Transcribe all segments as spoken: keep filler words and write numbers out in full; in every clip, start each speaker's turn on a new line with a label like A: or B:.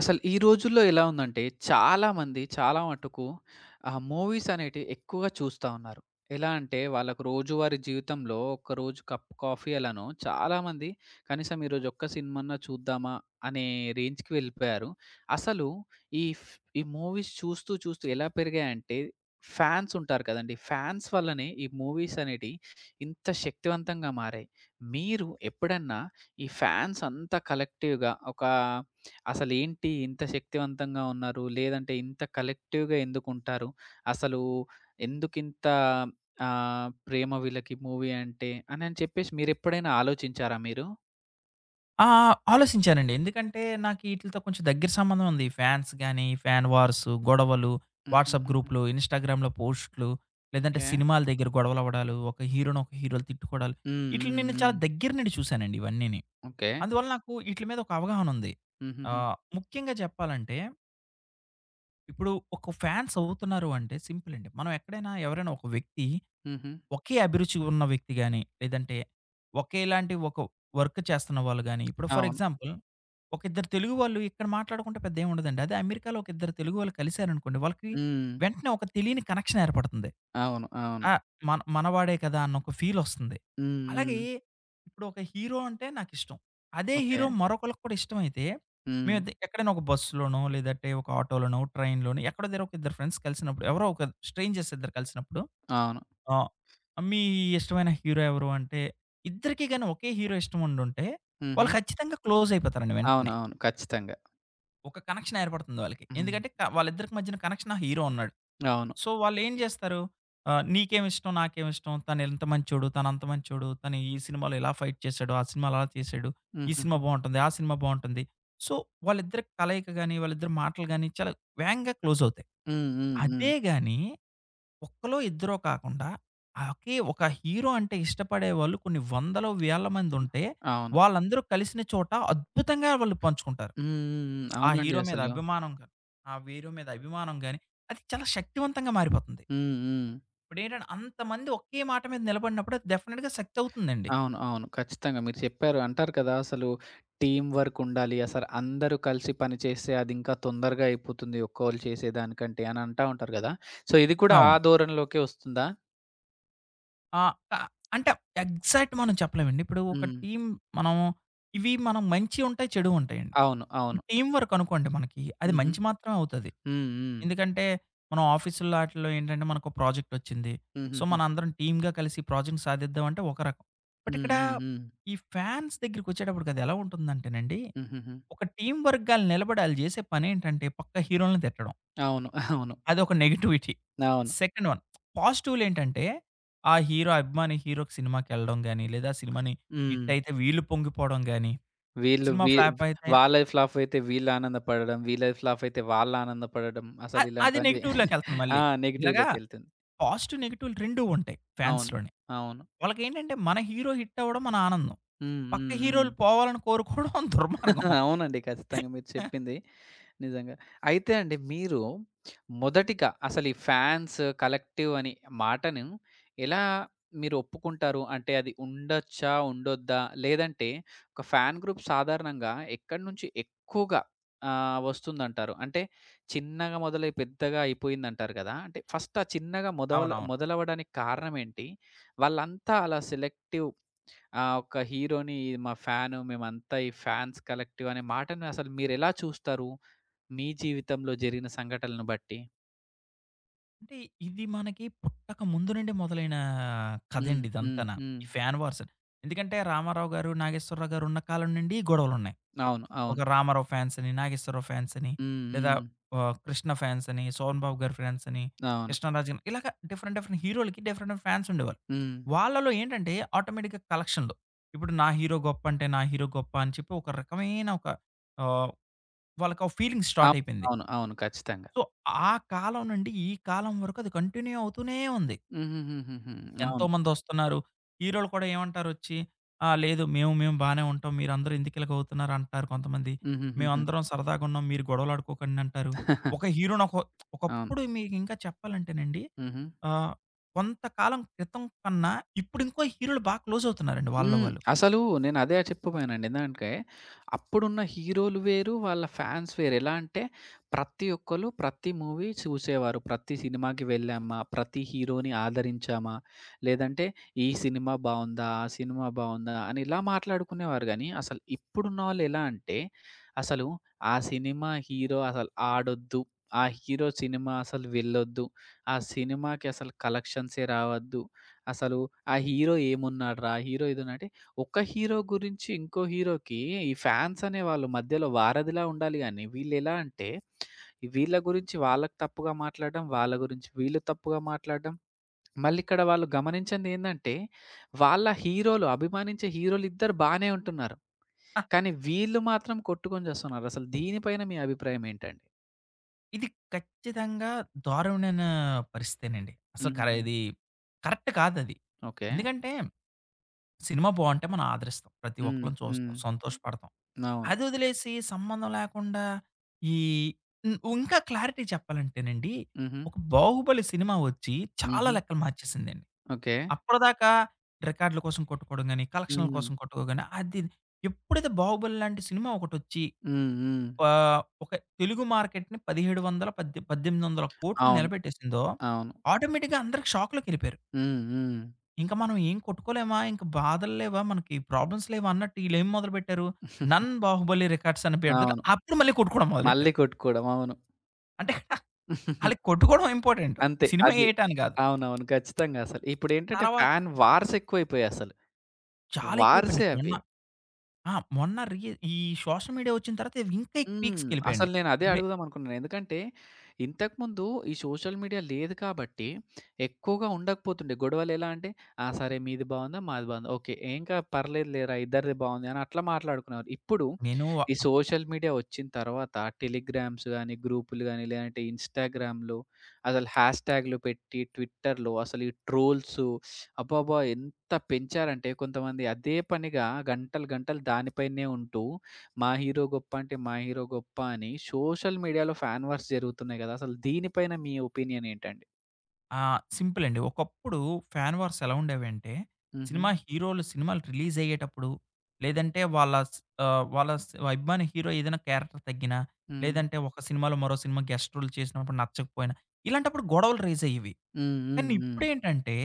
A: అసలు ఈ రోజుల్లో ఎలా ఉందంటే చాలామంది చాలా మటుకు ఆ మూవీస్ అనేటివి ఎక్కువగా చూస్తా ఉన్నారు. ఎలా అంటే వాళ్ళకు రోజువారీ జీవితంలో ఒక్కరోజు కప్ కాఫీ ఎలానో చాలామంది కనీసం ఈరోజు ఒక్క సినిమాన్నా చూద్దామా అనే రేంజ్‌కి వెళ్ళిపోయారు. అసలు ఈ ఫ్ ఈ మూవీస్ చూస్తూ చూస్తూ ఎలా పెరిగాయంటే ఫ్యాన్స్ ఉంటారు కదండీ! ఫ్యాన్స్ వల్లనే ఈ మూవీస్ అనేటివి ఇంత శక్తివంతంగా మారాయి. మీరు ఎప్పుడన్నా ఈ ఫ్యాన్స్ అంతా కలెక్టివ్‌గా ఒక అసలేంటి ఇంత శక్తివంతంగా ఉన్నారు? లేదంటే ఇంత కలెక్టివ్‌గా ఎందుకుంటారు? అసలు ఎందుకింత ఆహ్, ప్రేమ వీళ్ళకి మూవీ అంటే అనని చెప్పేసి మీరెప్పుడైనా ఆలోచించారా మీరు?
B: ఆ! ఆలోసించానండి. ఎందుకంటే, నాకు ఈటిలతో కొంచెం దగ్గర సంబంధం ఉంది. ఫ్యాన్స్ గాని, ఫ్యాన్ వార్స్, గొడవలు, వాట్సాప్
A: హుహుహుహు.
B: గ్రూప్‌లు, ఇన్‌స్టాగ్రామ్‌లో పోస్ట్‌లు, లేదంటే
A: ఓకే.
B: సినిమాల దగ్గర గొడవలవ్వడాలు, ఒక హీరోని ఒక హీరోలు తిట్టుకోడాలు,
A: హ్మ్.
B: ఈటిలిని
A: హ్మ్.
B: నేను చాలా
A: హ్మ్.
B: దగ్గర నుండి చూసానండి ఇవన్నీని.
A: ఓకే.
B: అందువల్ల నాకు ఈటిల మీద ఒక అవగాహన ఉంది.
A: హుహుహు.
B: ఆహ్, ముఖ్యంగా చెప్పాలంటే, ఇప్పుడు ఒక ఫ్యాన్స్ అవుతున్నారు అంటే సింపుల్ అండి. మనం ఎక్కడైనా ఎవరైనా ఒక వ్యక్తి
A: హుహు.
B: ఒకే అభిరుచి ఉన్న వ్యక్తి గాని, లేదంటే ఒకేలాంటి ఒక వర్క్ చేస్తున్న వాళ్ళు గాని, ఇప్పుడు ఫర్
A: అవును.
B: ఎగ్జాంపుల్ ఒక ఇద్దరు తెలుగు వాళ్ళు ఇక్కడ మాట్లాడుకుంటే పెద్ద ఏమి ఉండదండి. అదే అమెరికాలో ఒక ఇద్దరు తెలుగు వాళ్ళు కలిసారనుకోండి, వాళ్ళకి
A: హ్మ్.
B: వెంటనే ఒక తెలియని కనెక్షన్ ఏర్పడుతుంది.
A: అవును. అవును.
B: ఆ! మన మనవాడే కదా! అన్న ఒక ఫీల్ వస్తుంది.
A: హ్మ్.
B: అలాగే
A: హ్మ్.
B: ఇప్పుడు ఒక హీరో అంటే నాకిష్టం. అదే
A: ఓకే.
B: హీరో మరొకళ్ళకి కూడా ఇష్టమైతే,
A: హ్మ్.
B: మేము ఇద్ ఎక్కడైనా ఒక బస్సులోనో, లేదంటే ఒక ఆటోలోనో, ట్రైన్‌లోనో ఎక్కడో దగ్గర ఒక ఇద్దరు ఫ్రెండ్స్ కలిసినప్పుడు, ఎవరో ఒక స్ట్రేంజర్స్ ఇద్దరు కలిసినప్పుడు
A: అవును.
B: ఆ! మీ ఇష్టమైన హీరో ఎవరు అంటే, ఇద్దరికీ గాని ఒకే హీరో ఇష్టం ఉండుంటే,
A: హుహు.
B: వాళ్ళు ఖచ్చితంగా క్లోజ్ అయిపోతారండి వెంటనే.
A: అవునవును. ఖచ్చితంగా.
B: ఒక కనెక్షన్ ఏర్పడుతుంది వాళ్ళకి.
A: హ్మ్.
B: ఎందుకంటే క వాళ్ళిద్దరికి మధ్యన కనెక్షన్ ఆ హీరో ఉన్నాడు.
A: అవును.
B: సో, వాళ్ళేం జేస్తారు, ఆహ్, నీకేమిష్టం, నాకేమిష్టం, తనింత మంచోడు, తనంత మంచోడు, తను ఈ సినిమాలో ఇలా ఫైట్ చేశాడు, ఆ సినిమాలో అలా చేశాడు, ఈ సినిమా
A: హుహుహు.
B: బావుంటుంది, ఆ సినిమా బావుంటుంది. సో, వాళ్ళిద్దరి కలయిక గాని, వాళ్ళిద్దరి మాటలు గాని చాలా వేగంగా క్లోజ్ అవుతాయి.
A: హ్మ్. హ్మ్. హ్మ్.
B: అదే గాని ఒక్కలో, ఇద్దరో కాకుండా ఒకే ఒక హీరో అంటే ఇష్టపడేవాళ్ళు కొన్ని వందలో, వేల మందుంటే,
A: అవును.
B: వాళ్ళందరూ కలిసిన చోట అద్భుతంగా వాళ్ళు పంచుకుంటారు.
A: హ్మ్. హ్మ్. హ్మ్.
B: ఆ
A: అవునండి
B: హీరో మీద
A: అసలు.
B: అభిమానం గాని, ఆ హీరో మీద అభిమానం గాని, అది చాలా శక్తివంతంగా మారిపోతుంది.
A: హ్మ్. హ్మ్.
B: ఇప్పుడేంటంటే అంతమంది ఒకే మాట మీద నిలబడినప్పుడు అది డెఫినిట్‌గా శక్తి అవుతుందండి.
A: అవును. అవును. ఖచ్చితంగా మీరు చెప్పారు. అంటారు కదా! అసలు టీమ్ వర్క్ ఉండాలి. అసలు అందరూ కలిసి పని చేస్తే అది ఇంకా తొందరగా అయిపోతుంది. ఒక్కోళ్ళు చేసేదానికంటే అని అంటా ఉంటారు కదా! సో, ఇది కూడా ఆ
B: అవును.
A: ధోరణిలోకే వస్తుందా?
B: ఆహ్, క అంటే ఎగ్జాక్ట్ మనం చెప్పలేమండి. ఇప్పుడు ఒక
A: హ్మ్.
B: టీమ్ మనం ఇవి మనం మంచి ఉంటాయి, చెడు ఉంటాయండి.
A: అవును. అవును.
B: టీమ్ వర్క్ అనుకోండి మనకి. అది
A: హుహు.
B: మంచి మాత్రమే అవుతది.
A: హ్మ్. హ్మ్.
B: ఎందుకంటే మనం ఆఫీసుల్లో ఆటిల్లో ఏంటంటే మనకు ప్రాజెక్ట్ వచ్చింది. సో,
A: హుహుహు.
B: మనందరం టీమ్‌గా కలిసి ప్రాజెక్ట్ సాధిద్దాం అంటే ఒక రకం. బట్
A: హ్మ్.
B: ఇక్కడ
A: హ్మ్. హ్మ్.
B: ఈ ఫ్యాన్స్ దగ్గరికొచ్చేటప్పటికి అది ఎలా ఉంటుందంటేనండి,
A: హుహుహు.
B: ఒక టీమ్ వర్క్‌గా ఆళ్ళు నిలబడి ఆళ్ళు చేసే పనేంటంటే పక్క హీరోలని తిట్టడం.
A: అవును. అవును.
B: అదొక నెగటివిటీ.
A: అవును.
B: సెకండ్ వన్ పాజిటివ్‌లేంటంటే ఆ హీరో అభిమాని హీరోకి సినిమాకెళ్ళడం గాని, లేదా సినిమాని
A: హ్మ్.
B: హిట్ అయితే వీళ్ళు పొంగిపోవడం గాని,
A: వీళ్ళు
B: సినిమా
A: వీ
B: ఫ్లాప్ అయితే
A: వాళ్ళ లైఫ్ ఫ్లాప్ అయితే వీళ్ళు ఆనందపడడం. వీళ్ళ లైఫ్ ఫ్లాప్ అయితే వాళ్ళు ఆనందపడడం.
B: అ
A: అసలు
B: అది
A: ఇలాంటివన్నీ
B: నెగెటివ్‌లోకెళ్తుంది
A: ఆ!
B: మళ్ళీ. ఇలాగా
A: నెగెటివ్‌లోకెళ్తుంది.
B: పాజిటివ్, నెగెటివ్‌లు రెండూ ఉంటాయి
A: అవును.
B: ఫాన్స్‌లోని.
A: అవును.
B: వాళ్ళకేంటంటే మన హీరో హిట్ అవ్వడం మన ఆనందం.
A: హ్మ్.
B: పక్క
A: హ్మ్. హ్మ్.
B: హీరోలు పోవాలని కోరుకోవడం దుర్మార్గం.
A: అవునండి. ఖచ్చితంగా మీరు చెప్పింది నిజంగా. అయితే అండి మీరు మొదటిగా అసలు ఈ ఫ్యాన్స్, కలెక్టివ్ అని మాటను ఎలా మీరు ఒప్పుకుంటారు? అంటే అది ఉండొచ్చా? ఉండొద్దా? లేదంటే ఒక ఫ్యాన్ గ్రూప్ సాధారణంగా ఎక్కడి నుంచి ఎక్కువగా ఆహ్, వస్తుందంటారు? అంటే చిన్నగా మొదలై పెద్దగా అయిపోయిందంటారు కదా! అంటే ఫస్ట్ ఆ చిన్నగా మొదవల
B: అవునవును.
A: మొదలవ్వడానికి కారణం ఏంటి? వాళ్ళంతా అలా సెలెక్టివ్ ఆ ఒక్క హీరోని మా ఫ్యాను, మేమంతా ఈ ఫ్యాన్స్ కలెక్టివ్ అనే మాటని అసలు మీరెలా చూస్తారు? మీ జీవితంలో జరిగిన సంఘటనలను బట్టి?
B: అంటే ఇది మనకి పుట్టక ముందు నుండి మొదలైన
A: హ్మ్.
B: కథండి
A: హ్మ్.
B: ఇదంతాన.
A: హ్మ్.
B: ఈ ఫ్యాన్ వార్స్. ఎందుకంటే రామారావు గారు, నాగేశ్వరరావు గారు ఉన్న కాలం నుండి ఈ గొడవలున్నాయి.
A: అవును.
B: ఒక
A: అవును.
B: 'రామారావు' ఫ్యాన్స్ అని, 'నాగేశ్వరరావు' ఫ్యాన్స్ అని,
A: హ్మ్.
B: లేదా
A: హ్మ్.
B: ఆహ్, 'కృష్ణ' ఫ్యాన్స్ అని, 'సోహన్ బాబు' గారి ఫ్యాన్స్ అని,
A: అవును.
B: 'కృష్ణరాజు' గాని ఇలాగ డిఫరెంట్ డిఫరెంట్ హీరోలకి డిఫరెంట్ డిఫరెంట్ ఫ్యాన్స్ ఉండేవాళ్ళు.
A: హ్మ్.
B: వాళ్ళలో ఏంటంటే ఆటోమేటిక్‌గా కలెక్షన్‌లు. ఇప్పుడు నా హీరో గొప్ప అంటే నా హీరో గొప్ప అని చెప్పి ఒక రకమైన ఒక ఆహ్, వాళ్ళకి ఆ ఫీలింగ్ స్టార్ట్
A: అవును.
B: అయిపోయింది.
A: అవును. అవును. ఖచ్చితంగా.
B: సో, ఆ కాలం నుండి ఈ కాలం వరకు అది కంటిన్యూ అవుతూనే ఉంది.
A: హుహుహుహుహు. అవును.
B: ఎంతోమందొస్తున్నారు. హీరోలు కూడా ఏమంటారొచ్చి, "ఆ! లేదు మేము మేము బానే ఉంటాం. మీరందరూ ఎందుకిలాగవుతున్నారు" అంటారు కొంతమంది.
A: హుహుహుహు.
B: "మేమందరం సరదాగున్నాం. మీరు గొడవలాడుకోకండి" అంటారు. ఒక హీరోని ఒక
A: అవును.
B: ఒకప్పుడు మీకింకా చెప్పాలంటేనండి
A: హుహు.
B: ఆహ్, కొంతకాలం క్రితం కన్నా ఇప్పుడింకో హీరోలు బా క్లోజవుతున్నారండి వాళ్ళలో
A: హ్మ్.
B: వాళ్ళు.
A: అసలు నేనదే చెప్పబోయానండి. ఎందుకంటే, అప్పుడున్న హీరోలు వేరు, వాళ్ళ ఫ్యాన్స్ వేరు. ఎలా అంటే, ప్రతి ఒక్కళ్ళు ప్రతి మూవీ చూసేవారు. ప్రతి సినిమాకి వెళ్ళామా, ప్రతి హీరోని ఆదరించామా, లేదంటే ఈ సినిమా బావుందా, ఆ సినిమా బావుందా అని ఇలా మాట్లాడుకునేవారు గానీ, అసలు ఇప్పుడున్నవాళ్ళు ఎలా అంటే, అసలు ఆ సినిమా హీరో అసలు ఆడొద్దు. ఆ హీరో సినిమా అసలు వెళ్ళొద్దు. ఆ సినిమాకి అసలు కలెక్షన్సే రావద్దు. అసలు ఆ హీరో ఏమున్నాడురా! హీరో ఇదునంటే, ఒక హీరో గురించి ఇంకో హీరోకి ఈ ఫ్యాన్స్ అనేవాళ్ళు మధ్యలో వారధిలా ఉండాలి గానీ, వీళ్ళెలా అంటే, వీళ్ళ గురించి వాళ్ళకి తప్పుగా మాట్లాడడం, వాళ్ళ గురించి వీళ్ళు తప్పుగా మాట్లాడడం. మళ్ళిక్కడ వాళ్ళు గమనించిందేందంటే, వాళ్ళ హీరోలు అభిమానించే హీరోలిద్దరు బానే ఉంటున్నారు.
B: ఆ!
A: కానీ వీళ్ళు మాత్రం కొట్టుకొని జస్తున్నారు. అసలు దీనిపైన మీ అభిప్రాయం ఏంటండి?
B: ఇది ఖచ్చితంగా దారుణమైన పరిస్థితేనండి. అసలు కర
A: హుహుహు.
B: ఇది కరెక్ట్ కాదది.
A: ఓకే.
B: ఎందుకంటే, సినిమా బావుంటే మనం ఆదరిస్తాం. ప్రతి
A: హ్మ్.
B: ఒక్కళ్ళం
A: హ్మ్.
B: చూస్తాం, సంతోషపడతాం.
A: అవును.
B: అదొదిలేసి సంబంధం లేకుండా ఈ హ్మ్. ఇంకా క్లారిటీ చెప్పాలంటేనండి,
A: హుహు.
B: ఒక 'బాహుబలి' సినిమా వచ్చి చాలా
A: హుహు.
B: లెక్కలు మార్చేసిందండి.
A: ఓకే.
B: అప్పటిదాకా రికార్డుల కోసం కొట్టుకోవడం గాని, కలెక్షన్‌ల
A: హ్మ్.
B: కోసం కొట్టుకోవడం గాని అది ఎప్పుడైతే 'బాహుబలి' లాంటి సినిమా ఒకటొచ్చి
A: హ్మ్. హ్మ్.
B: ఆహ్, ఒక తెలుగు మార్కెట్‌ని పదిహేడు వందల, పద్దే పద్దెనిమిది వందల కోట్లు
A: అవును.
B: నిలబెట్టేసిందో
A: అవును.
B: ఆటోమేటిక్‌గా అందరికి షాక్‌లోకెళ్ళిపోయారు.
A: హ్మ్. హ్మ్.
B: ఇంక మనం ఏం కొట్టుకోలేమా? ఇంక బాధలు లేవా? మనకి ప్రాబ్లమ్స్ లేవా? అన్నట్టు ఈళ్ళేం మొదలుపెట్టారు, 'నన్ బాహుబలి రికార్డ్స్' అని పెడితే
A: అవును.
B: అప్పుడు మళ్ళీ కొట్టుకోవడం
A: మళ్ళీ
B: మొదలెట్టారు.
A: కొట్టుకోవడం. అవును.
B: అంటే ఆళ్ళకి కొట్టుకోవడం ఇంపార్టెంట్.
A: అంతే.
B: సినిమా
A: అది.
B: ఏయటని కాదు.
A: అవునవును. ఖచ్చితంగా అసలు. ఇప్పుడేంటంటే
B: తర్వాత
A: ఫ్యాన్ వార్స్ ఎక్కువైపోయాయసలు.
B: చాలా ఎక్కువైపోయింది.
A: వార్సే
B: మొన్న
A: అవి.
B: ఆ! మొన్న రీ ఈ సోషల్ మీడియా వచ్చిన తర్వాత ఇవి ఇంకా
A: హ్మ్.
B: పీక్స్‌కెళ్ళిపోయాయండి.
A: అసలు నేను అదే
B: ఇప్పుడే
A: అడుగుదాం అనుకున్నాను. ఎందుకంటే, ఇంతకుముందు ఈ సోషల్ మీడియా లేదు కాబట్టి, ఎక్కువగా ఉండకపోతుండే. గొడవలు ఎలా అంటే, "ఆ! సరే మీది బాగుందా? మాది బాగుందా? ఓకే. ఏంకా పర్లేదు లేరా ఇద్దరిది బాగుంది" అని అట్లా మాట్లాడుకునేవారు. ఇప్పుడు
B: నేను
A: ఈ సోషల్ మీడియా వచ్చిన తర్వాత టెలిగ్రామ్స్ గానీ, గ్రూపులు గానీ, లేదంటే ఇన్‌స్టాగ్రామ్‌లో అసలు హ్యాష్‌ట్యాగ్‌లు పెట్టి, ట్విట్టర్‌లో అసలు ఈ ట్రోల్సు అబ్బబ్బా! ఎంత పెంచారంటే కొంతమంది అదే పనిగా గంటలు గంటలు దానిపైనే ఉంటూ మా హీరో గొప్ప అంటే మా హీరో గొప్ప అని సోషల్ మీడియాలో ఫ్యాన్ వార్స్ జరుగుతున్నాయి గదా! అసలు దీనిపైన మీ ఒపీనియన్ ఏంటండి?
B: ఆ! సింపుల్ అండి. ఒకప్పుడు ఫ్యాన్ వార్స్ ఎలా ఉండేవంటే,
A: హుహు.
B: సినిమా హీరోలు సినిమాలు రిలీజ్ అయ్యేటప్పుడు, లేదంటే వాళ్ళ స్ ఆహ్, వాళ్ళ స్ అభిమాని హీరో ఏదైనా క్యారెక్టర్ తగ్గినా,
A: హ్మ్.
B: లేదంటే ఒక సినిమాలో మరో సినిమా గెస్ట్ రోల్ చేసినప్పుడు నచ్చకపోయినా, ఇలాంటప్పుడు గొడవలు రైజ్ అయ్యేవి.
A: హ్మ్. హ్మ్.
B: కానీ
A: హ్మ్.
B: ఇప్పుడేంటంటే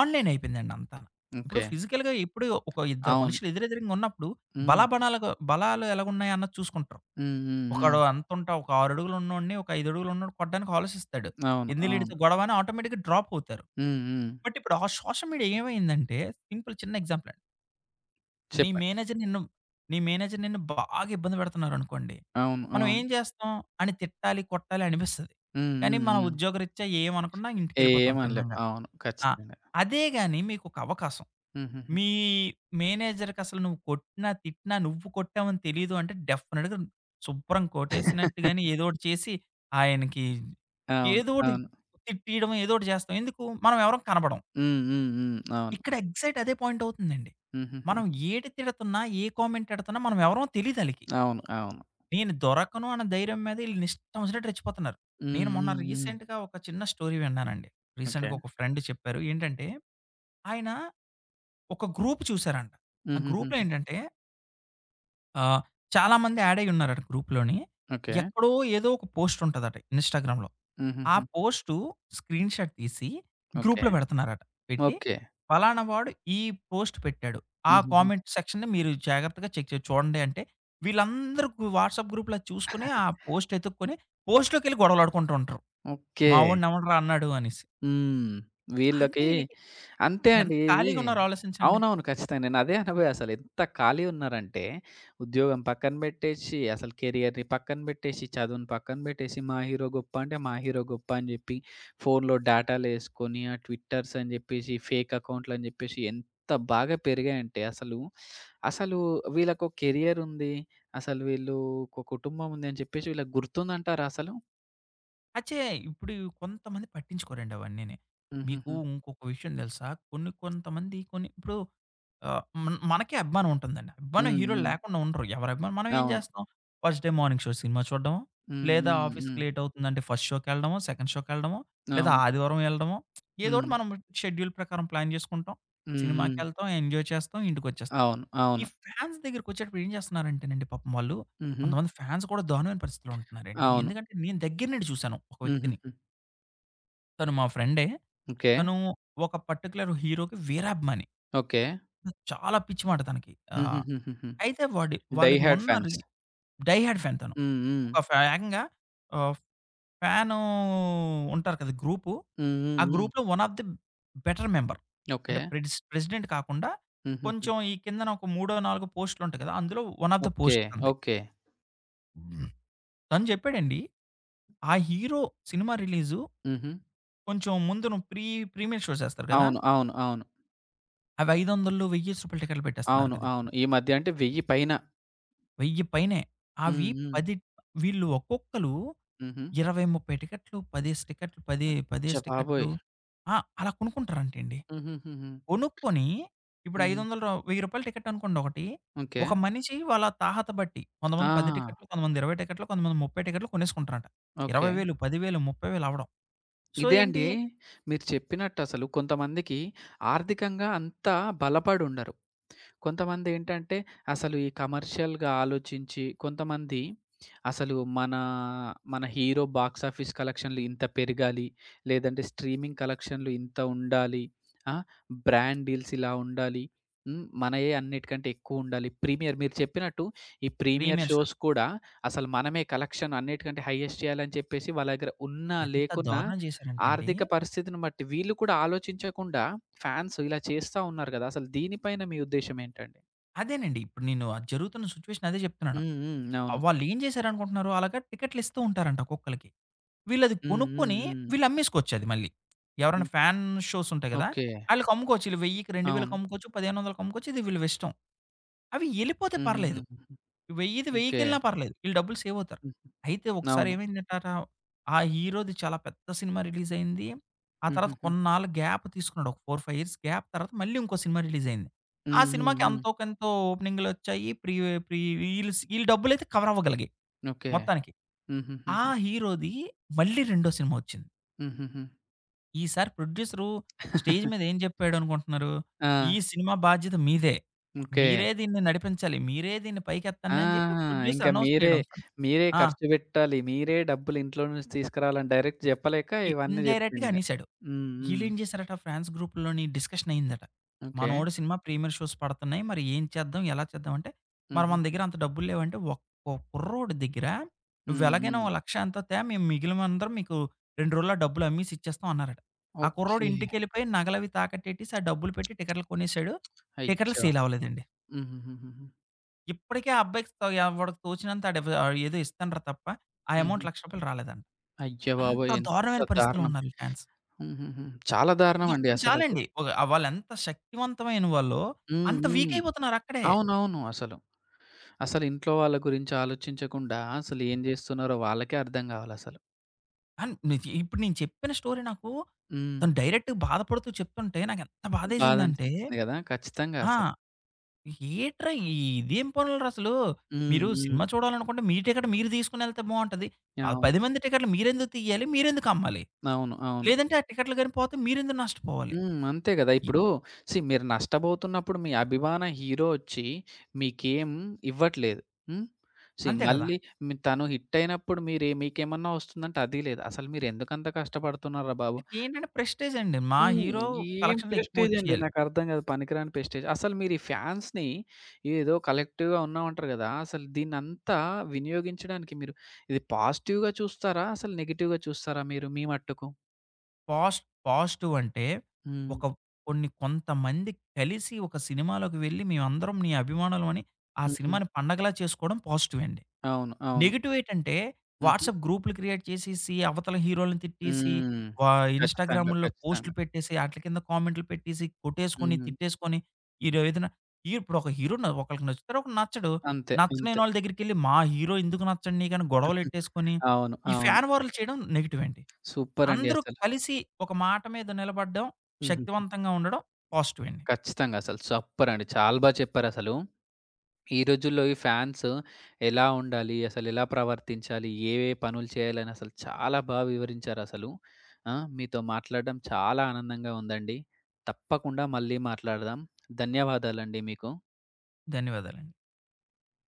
B: ఆన్‌లైన్ అయిపోయిందండి అంతా. ఇప్పుడు
A: ఓకే.
B: ఫిజికల్‌గా ఇప్పుడు ఒక ఇద్దరు
A: అవును.
B: మనుషులు ఎదురెదురుంగా ఉన్నప్పుడు
A: హ్మ్.
B: బలాబణాలుగా బలాలు ఎలాగున్నాయా అన్నది చూసుకుంటారు.
A: హ్మ్. హ్మ్. హ్మ్.
B: ఒకడు అంతుంటా ఒక ఆరు అడుగులు ఉన్నోడిని, ఒక ఐదు అడుగులు ఉన్నోడిని కొట్టడానికి ఆలోచిస్తాడు.
A: అవును.
B: ఎందులో
A: అవును.
B: ఈడితో గొడవ అని ఆటోమేటిక్‌గా డ్రాప్ అవుతారు.
A: హ్మ్. హ్మ్.
B: బట్ ఇప్పుడు ఆ సోషల్ మీడియా ఏమైందంటే సింపుల్ చిన్న ఎగ్జాంపుల్ అండి. నీ
A: చెప్పండి.
B: మేనేజర్ నిన్ను నీ మేనేజర్ నిన్ను బాగా ఇబ్బంది పెడుతున్నారనుకోండి.
A: అవును.
B: మనం
A: అవును.
B: ఏం చేస్తాం? ఆడిని తిట్టాలి, కొట్టాలి అనిపిస్తది.
A: హ్మ్.
B: కానీ
A: హ్మ్.
B: మన
A: హ్మ్.
B: ఉద్యోగరీత్యా ఏమనకుండా ఇంటికెళ్ళిపోతాం
A: ఏమనలేం.
B: తిన్నంగా.
A: అవును.
B: ఆ!
A: ఖచ్చితంగా.
B: అదే గాని మీకొక అవకాశం
A: హుహుహు.
B: మీ మేనేజర్‌కసలు నువ్వు కొట్టినా, తిట్టినా నువ్వు కొట్టావని తెలీదు అంటే డెఫినిట్‌గా శుభ్రం కొట్టేసినట్టు గాని ఏదోకటి చేసి ఆయనకి
A: అవును.
B: ఏదోకటి
A: అవును.
B: తిట్టియడం ఏదోకటి చేస్తాం. ఎందుకు? మనం ఎవరం కనపడం.
A: హ్మ్. హ్మ్. హ్మ్. అవును.
B: ఇక్కడ ఎగ్జాక్ట్ అదే పాయింట్ అవుతుందండి. మనం
A: హుహుహు.
B: ఏటి తిడుతున్నా, ఏ కామెంట్ ఎడతన్నా మనం ఎవరమో తెలీదాళ్ళకి.
A: అవును. అవును.
B: నేను దొరకను అన్న ధైర్యం మీద ఈళ్ళు ఇష్టం వచ్చినట్టు రెచ్చిపోతున్నారు. నేను
A: హ్మ్.
B: మొన్న
A: హ్మ్. హ్మ్.
B: రీసెంట్‌గా ఒక చిన్న స్టోరీ విన్నానండి.
A: ఓకే.
B: రీసెంట్‌గా ఒక ఫ్రెండ్ చెప్పారు. ఏంటంటే ఆయన ఒక గ్రూప్ చూసారంట. ఆ గ్రూప్‌లో
A: హుహుహుహు.
B: ఏంటంటే ఆహ్, చాలామంది యాడ్ అయ్యున్నారట గ్రూప్‌లోని.
A: ఓకే.
B: ఎక్కడో ఏదో ఒక పోస్ట్ ఉంటదట ఇన్‌స్టాగ్రామ్‌లో. ఆ
A: హుహుహు.
B: పోస్టు స్క్రీన్‌షాట్ తీసి
A: ఓకే.
B: గ్రూప్‌లో పెడుతున్నారట. పెట్టి
A: ఓకే.
B: "పలానా వాడు ఈ పోస్ట్ పెట్టాడు. ఆ
A: హుహుహు.
B: కామెంట్ సెక్షన్‌ని మీరు జాగ్రత్తగా చెక్ చేసి చూడండి" అంటే వీళ్ళందరూ వాట్సాప్ గ్రూప్‌లో అది చూసుకొని ఆ పోస్ట్ ఎతుక్కొని పోస్ట్‌లోకెళ్ళి గొడవలాడుకుంటూ ఉంటారు.
A: ఓకే.
B: "మావోడిని ఎవడురా అన్నాడు" అనేసి.
A: హ్మ్.
B: అంటే
A: వీళ్ళకి
B: ఈళ్ళకి
A: అంతే అండి.
B: ఎంత
A: ఇది
B: ఖాళీగున్నారో ఆలోచించండి.
A: అవునవును. ఖచ్చితంగా. నేను అదే అనబోయా అసలు. ఎంత ఖాళీ ఉన్నారంటే, ఉద్యోగం పక్కన పెట్టేసి, అసలు కెరియర్‌ని పక్కన పెట్టేసి, చదువుని పక్కన పెట్టేసి, మా హీరో గొప్ప అంటే మా హీరో గొప్ప అని చెప్పి, ఫోన్‌లో డేటాలేసుకొని, ఆ ట్విట్టర్స్ అని చెప్పేసి, ఫేక్ అకౌంట్లని చెప్పేసి, ఎంత బాగా పెరిగాయంటే అసలు, అసలు వీళ్ళకో కెరియర్ ఉంది. అసలు వీళ్ళు ఒక కుటుంబం ఉంది అని చెప్పేసి వీళ్ళకి గుర్తుందంటారా అసలు?
B: అచ్చే! ఇప్పుడు కొంతమంది పట్టించుకోరండి అవన్నీని. మీకు
A: హుహుహు.
B: ఇంకొక విషయం తెలుసా? కొన్ని కొంతమంది కొన్ని ఇప్పుడు ఆహ్, మన మనకే అభిమానం ఉంటుందండి. అభిమానం
A: హ్మ్.
B: హీరోలు
A: హ్మ్.
B: లేకుండా ఉండరు. ఎవరి అభిమానం మనం ఏం
A: అవును.
B: చేస్తాం? ఫస్ట్ డే మార్నింగ్ షో సినిమా చూడడం,
A: హ్మ్.
B: లేదా
A: హ్మ్.
B: ఆఫీస్‌కి
A: హ్మ్.
B: లేట్ అవుతుందంటే ఫస్ట్ షోకెళ్ళడమో, సెకండ్ షోకెళ్ళడమో, లేదా
A: అవును.
B: ఆదివారం ఎళ్ళడమో ఏదో ఒకటి
A: హ్మ్.
B: మనం షెడ్యూల్ ప్రకారం ప్లాన్ చేసుకుంటాం.
A: హ్మ్. హ్మ్.
B: సినిమాకెళ్తాం, ఎంజాయ్ చేస్తాం, ఇంటికొచ్చేస్తాం.
A: అవును.
B: ఈ
A: అవును.
B: ఫ్యాన్స్ దగ్గరికొచ్చేటప్పుడు ఏం చేస్తున్నారంటేనండి పాపం వాళ్ళు
A: హుహు.
B: కొంతమంది ఫ్యాన్స్ కూడా దారుణమైన పరిస్థితిలో ఉంటున్నారండి.
A: అవును.
B: ఎందుకంటే నేను దగ్గర నుండి చూసాను ఒక వ్యక్తిని.
A: హుహుహు.
B: తను మా ఫ్రెండే.
A: ఓకే.
B: తను ఒక పర్టిక్యులర్ హీరోకి వీరాభిమాని.
A: ఓకే.
B: చాలా పిచ్చి మాట తనకి. ఆహ్,
A: హుహుహుహుహు.
B: అయితే వాడి
A: 'డై
B: వాళ్ళకి
A: హార్డ్'
B: మొన్న రీ
A: ఫాన్స్.
B: 'డై హార్డ్' ఫ్యాన్ తను.
A: హ్మ్. హ్మ్.
B: ఒక ఫ్యా ఏకంగా ఆహ్, ఫ్యాను ఉంటారు కదా! గ్రూపు.
A: హ్మ్. హ్మ్.
B: ఆ
A: హ్మ్.
B: గ్రూప్‌లో one of the better member.
A: Okay.
B: అంటే ప్రెడిస్ ప్రెసిడెంట్ కాకుండా
A: హుహుహు.
B: కొంచెం ఈ కిందన ఒక మూడో, నాలుగో పోస్టులుంటాయి కదా! అందులో one of the
A: okay.
B: Post తనది.
A: ఓకే.
B: తను చెప్పాడండి. ఆ హీరో సినిమా రిలీజు
A: హుహు.
B: కొంచెం ముందు ప్రీ ప్రీమియర్ షో చేస్తారు కదా!
A: అవును. అవును. అవును.
B: అవి ఐదు వందల, వెయ్యి రూపాయల టికెట్లు పెట్టేస్తున్నారు
A: అవును.
B: కదా
A: అవును.
B: ఇప్పుడు.
A: ఈ మధ్య అంటే వెయ్యి పైన.
B: వెయ్యి పైనే.
A: హ్మ్.
B: అవి
A: హ్మ్.
B: పది వీళ్ళు ఒక్కొక్కళ్ళు
A: హుహు.
B: ఇరవై, ముప్పై టికెట్లు, పది టికెట్లు, పది
A: అచ్చ
B: 10 టికెట్లు
A: బాబోయ్!
B: ఆ! అలా కొనుక్కుంటారంటండి.
A: హుహుహుహు.
B: కొనుక్కొని ఇప్పుడు
A: హుహు.
B: ఐదు వందల రూ. రూ. వెయ్యి టికెట్ అనుకోండి ఒకటి.
A: ఓకే.
B: ఒక మనిషి వాళ్ళ తాహత బట్టి
A: ఆ!
B: కొంతమంది పది టికెట్లు, కొంతమంది ఇరవై టికెట్లు, కొంతమంది ముప్పై టికెట్లు కొనేసుకుంటారంట.
A: ఓకే.
B: ఇరవై వేలు, పది వేలు, ముప్పై వేలు అవ్వడం. సో,
A: ఇదే అండి.
B: ఏంటి
A: మీరు చెప్పినట్టసలు కొంతమందికి ఆర్థికంగా అంత బలపడుండరు. కొంతమందేంటంటే, అసలు ఈ కమర్షియల్‌గా ఆలోచించి, కొంతమంది అసలు మన, మన హీరో బాక్సాఫీస్ కలెక్షన్‌లు ఇంత పెరగాలి, లేదంటే స్ట్రీమింగ్ కలెక్షన్‌లు ఇంత ఉండాలి, ఆ! బ్రాండ్ డీల్స్ ఇలా ఉండాలి, హ్మ్. మనయే అన్నిటికంటే ఎక్కువుండాలి. ప్రీమియర్ మీరు చెప్పినట్టు ఈ ప్రీమియర్
B: ప్రీమియర్
A: షోస్
B: షోస్.
A: కూడా అసలు మనమే కలెక్షన్ అన్నిటికంటే హైయెస్ట్ చేయాలని చెప్పేసి వాళ్ళ దగ్గర ఉన్నా,
B: ఎంత
A: లేకున్నా
B: దారుణం చేశారంటే అండి
A: ఆర్థిక పరిస్థితిని బట్టి వీళ్ళు కూడా ఆలోచించకుండా ఫ్యాన్స్ ఇలా చేస్తా ఉన్నారు గదా! అసలు దీనిపైన మీ ఉద్దేశ్యం ఏంటండి?
B: అదేనండి ఇప్పుడు నేను అది జరుగుతున్న సిట్యుయేషన్ అదే చెప్తున్నాను.
A: హ్మ్. హ్మ్.
B: ఆహ్,
A: అవును.
B: వాళ్ళేం చేశారనుకుంటున్నారు అలాగా టికెట్లిస్తూ ఉంటారంట ఒక్కొక్కళ్ళకి. వీళ్ళది
A: హ్మ్. హ్మ్.
B: కొనుక్కొని
A: హ్మ్.
B: వీళ్ళు అమ్మేసుకోవచ్చది మళ్ళీ. ఎవరైనా
A: హ్మ్.
B: ఫ్యాన్ షోస్ ఉంటాయి కదా!
A: ఓకే.
B: ఆళ్ళకి అమ్ముకోవచ్చు. ఈళ్ళు 1000కి 2000కి
A: అవును.
B: అమ్ముకోవచ్చు. 1500కి అమ్ముకోవచ్చు. ఇది వీళ్ళిష్టం. అవి ఎళ్ళిపోతే పర్లేదు.
A: హుహుహుహు.
B: 1000ది
A: ఓకే.
B: 1000కెళ్ళినా పర్లేదు. ఈళ్ళు డబ్బులు సేవ్ అవుతారు.
A: హ్మ్.
B: అయితే ఒకసారి
A: అవును.
B: ఏమైందటాట ఆ హీరోది చాలా పెద్ద సినిమా రిలీజయింది. ఆ తర్వాత
A: హుహుహు.
B: కొన్నాళ్ళు గ్యాప్ తీసుకున్నాడు. ఒక నాలుగు, ఐదు ఇయర్స్ గ్యాప్ తర్వాత మళ్ళీ ఇంకో సినిమా రిలీజయింది. ఆ
A: హ్మ్. హ్మ్.
B: సినిమాకి
A: హ్మ్.
B: అంతో కొంతో ఓపెనింగ్‌లొచ్చాయి. ప్రీ ప్రీ ఈళ్ళు స్ ఈళ్ళ డబ్బులైతే కవర్ అవ్వగలిగాయి
A: ఓకే.
B: మొత్తానికి. ఆ
A: హుహుహుహు.
B: హీరోది మళ్ళీ రెండో సినిమా ఒచ్చింది.
A: హుహుహు.
B: ఈసారి ప్రొడ్యూసరు స్టేజ్ మీద ఏం జెప్పాడనుకుంటున్నారు?
A: ఆ!
B: "ఈ సినిమా బాధ్యత మీదే.
A: ఓకే.
B: మీరే దీన్ని నడిపించాలి. మీరే దీన్ని
A: ఆ!
B: పైకెత్తండి" అని జెప్పి ప్రొడ్యూసర్
A: ఇంకా
B: అనౌన్స్
A: మీరే,
B: చేయడం.
A: మీరే
B: ఆ!
A: ఖర్చు పెట్టాలి. మీరే డబ్బులు ఇంట్లో నుంచి తీసుకురావాలని డైరెక్ట్ జెప్పలేక
B: ఇ
A: ఇవన్నీ
B: ఇన్‌డైరెక్ట్‌గా
A: జెప్పిండిగ.
B: అనేసాడు.
A: హ్మ్. హ్మ్.
B: ఈళ్ళేం జేశారట ఫ్రాన్స్ గ్రూప్‌లోని డిస్కషన్ అయిందట.
A: ఓకే.
B: మనోడి సినిమా ప్రీమియర్ షోస్ పడతన్నాయి. మరి ఏం చేద్దాం? ఎలా చేద్దాం? అంటే మరి
A: హుహు.
B: మన దగ్గర అంత డబ్బులు లేవంటే ఒక్కో కుర్రోడి దగ్గర
A: హ్మ్.
B: నువ్వెలాగైనా
A: హ్మ్.
B: ఓ ఒక,లక్ష ఎంతో తే మేము మిగిలినందరం మీకు రెండు రోజుల్లో ఆ డబ్బులు అమ్మేసి ఇచ్చేస్తాం అన్నారట. ఆ కుర్రోడు
A: ఓకే.
B: ఇంటికెళ్ళిపోయి నగలవి తాకట్టేట్టేసి ఆ డబ్బులు పెట్టి టికెట్లు కొనేసాడు. టికెట్లు
A: అయ్యో!
B: సేల్ అవ్వలేదండి.
A: హుహుహుహు.
B: ఇప్పటికి ఆ అబ్బాయికి తో ఎవడికి తోచినంత ఆడెవ ఏదో ఇస్తానురా తప్ప ఆ అమౌంట్
A: హుహు.
B: రూ. ఒక,లక్ష రాలేదంట.
A: అయ్య
B: అంత
A: బాబోయ్! ఎంత
B: దారుణమైన పరిస్థితిలో
A: దారుణం.
B: ఉన్నారు ఈ ఫ్యాన్స్.
A: హుహుహు. చాలా దారుణమండి
B: ఇదొక్కటి
A: అసలది.
B: చాలండి. ఒక వాళ్ళెంత శక్తివంతమైన వాళ్ళో,
A: హ్మ్.
B: అంత వీక్
A: హ్మ్.
B: అయిపోతున్నారు అక్కడే.
A: అవునవును. అసలు. అసలు ఇంట్లో వాళ్ళ గురించి ఆలోచించకుండా అసలు ఏం జేస్తున్నారో వాళ్ళకే అర్థం గావాలసలు.
B: అన్ నిజ ఇప్పుడు నేను చెప్పిన స్టోరీ నాకు
A: హ్మ్.
B: తను డైరెక్ట్‌గా బాధపడుతూ చెప్తుంటే నాకెంత బాధేసిందంటే
A: బాధనిపిస్తుంది గదా! ఖచ్చితంగా అసలు.
B: ఆ! ఏట్రా ఈ- ఇదేం పనులురా అసలు?
A: హ్మ్.
B: మీరు సినిమా
A: హ్మ్.
B: చూడాలనుకుంటే మీ టికెట్ మీరు తీసుకొనెళ్తే బావుంటది. ప
A: అవును.
B: పది మంది టికెట్లు మీరెందుకు తీయాలి? మీరెందుకు అమ్మాలి?
A: అవును. అవును.
B: లేదంటే ఆ టికెట్లు గాని పోతే మీరెందుకు నష్టపోవాలి?
A: హ్మ్. అంతే గదా!
B: ఇ
A: ఇప్పుడు సీ మీరు నష్టబోతున్నప్పుడు మీ అభిమాన హీరో ఒచ్చి మీకేం ఇవ్వట్లేదు. హ్మ్. సీ
B: అంతే కదా!
A: మళ్ళీ మీ తను హిట్టయినప్పుడు మీరే మీకేమన్నా ఒస్తుందంటే అది లేదు. అసలు మీరెందుకంత కష్టపడుతున్నారురా బాబు!
B: వీళ్ళకేంటంటే ప్రెస్టీజ్ అండి. మా
A: హ్మ్.
B: హీరో
A: ఏం
B: కలెక్షన్‌లు ఎక్కువ
A: ప్రెస్టీజ్ అండి
B: వచ్చేయాలి.
A: నాకర్థం కాదు. పనికిరాని ప్రెస్టీజ్. అసలు మీరు ఈ ఫ్యాన్స్‌ని ఏదో కలెక్టివ్‌గా ఉన్నామంటారు కదా! అసలు దీన్నంతా వినియోగించడానికి మీరు ఇది పాజిటివ్‌గా చూస్తారా? అసలు నెగెటివ్‌గా చూస్తారా మీరు మీ మట్టుకు?
B: పాస్ పాజిటివ్ అంటే
A: హ్మ్.
B: ఒక కొన్ని కొంతమంది కలిసి ఒక సినిమాలోకి వెళ్ళి మేమందరం నీ అభిమానులం అని ఆ
A: హుహు.
B: సినిమాని పండగలా చేసుకోవడం పాజిటివ్ అండి.
A: అవును. అవును.
B: నెగెటివ్ ఏంటంటే
A: హుహు.
B: వాట్సాప్ గ్రూప్‌లు క్రియేట్ చేసేసి, అవతల హీరోలని తిట్టేసి,
A: హ్మ్.
B: వా
A: ఖచ్చితంగా.
B: ఇన్‌స్టాగ్రాముల్లో పోస్ట్‌లు
A: ఖచ్చితంగా.
B: పెట్టేసి, ఆటిల కింద కామెంట్‌లు పెట్టేసి, కొట్టేసుకొని,
A: హ్మ్.
B: తిట్టేసుకొని, ఈరో ఏదైనా ఈ- ఇప్పుడు ఒక హీరో ఒకళ్ళకి నచ్చుతాడు, ఒకళ్ళకి నచ్చడు.
A: అంతే. అంతే.
B: నచ్చలేనోళ్ళ దగ్గరికెళ్ళి మా హీరో ఎందుకు నచ్చడు నీకని గొడవలెట్టేసుకొని,
A: అవును.
B: ఈ
A: అవును.
B: ఫ్యాన్ వార్‌లు చేయడం నెగెటివ్ అండి.
A: సూపరండి
B: అందరూ
A: అసలు.
B: కలిసి ఒక మాట మీద నిలబడడం,
A: హుహుహు.
B: శక్తివంతంగా ఉండడం పాజిటివ్ అండి.
A: ఖచ్చితంగా అసలు సూపరండి. చాలా బా చెప్పారసలు. ఈ రోజుల్లో ఈ ఫ్యాన్స్ ఎలా ఉండాలి? అసలెలా ప్రవర్తించాలి? ఏ ఏ పనులు చేయాలని అసలు చాలా బాగా వివరించారసలు. ఆ! మీతో మాట్లాడడం చాలా ఆనందంగా ఉందండి. తప్పకుండా మళ్ళీ మాట్లాడదాం. ధన్యవాదాలండి మీకు.
B: ధన్యవాదాలండి.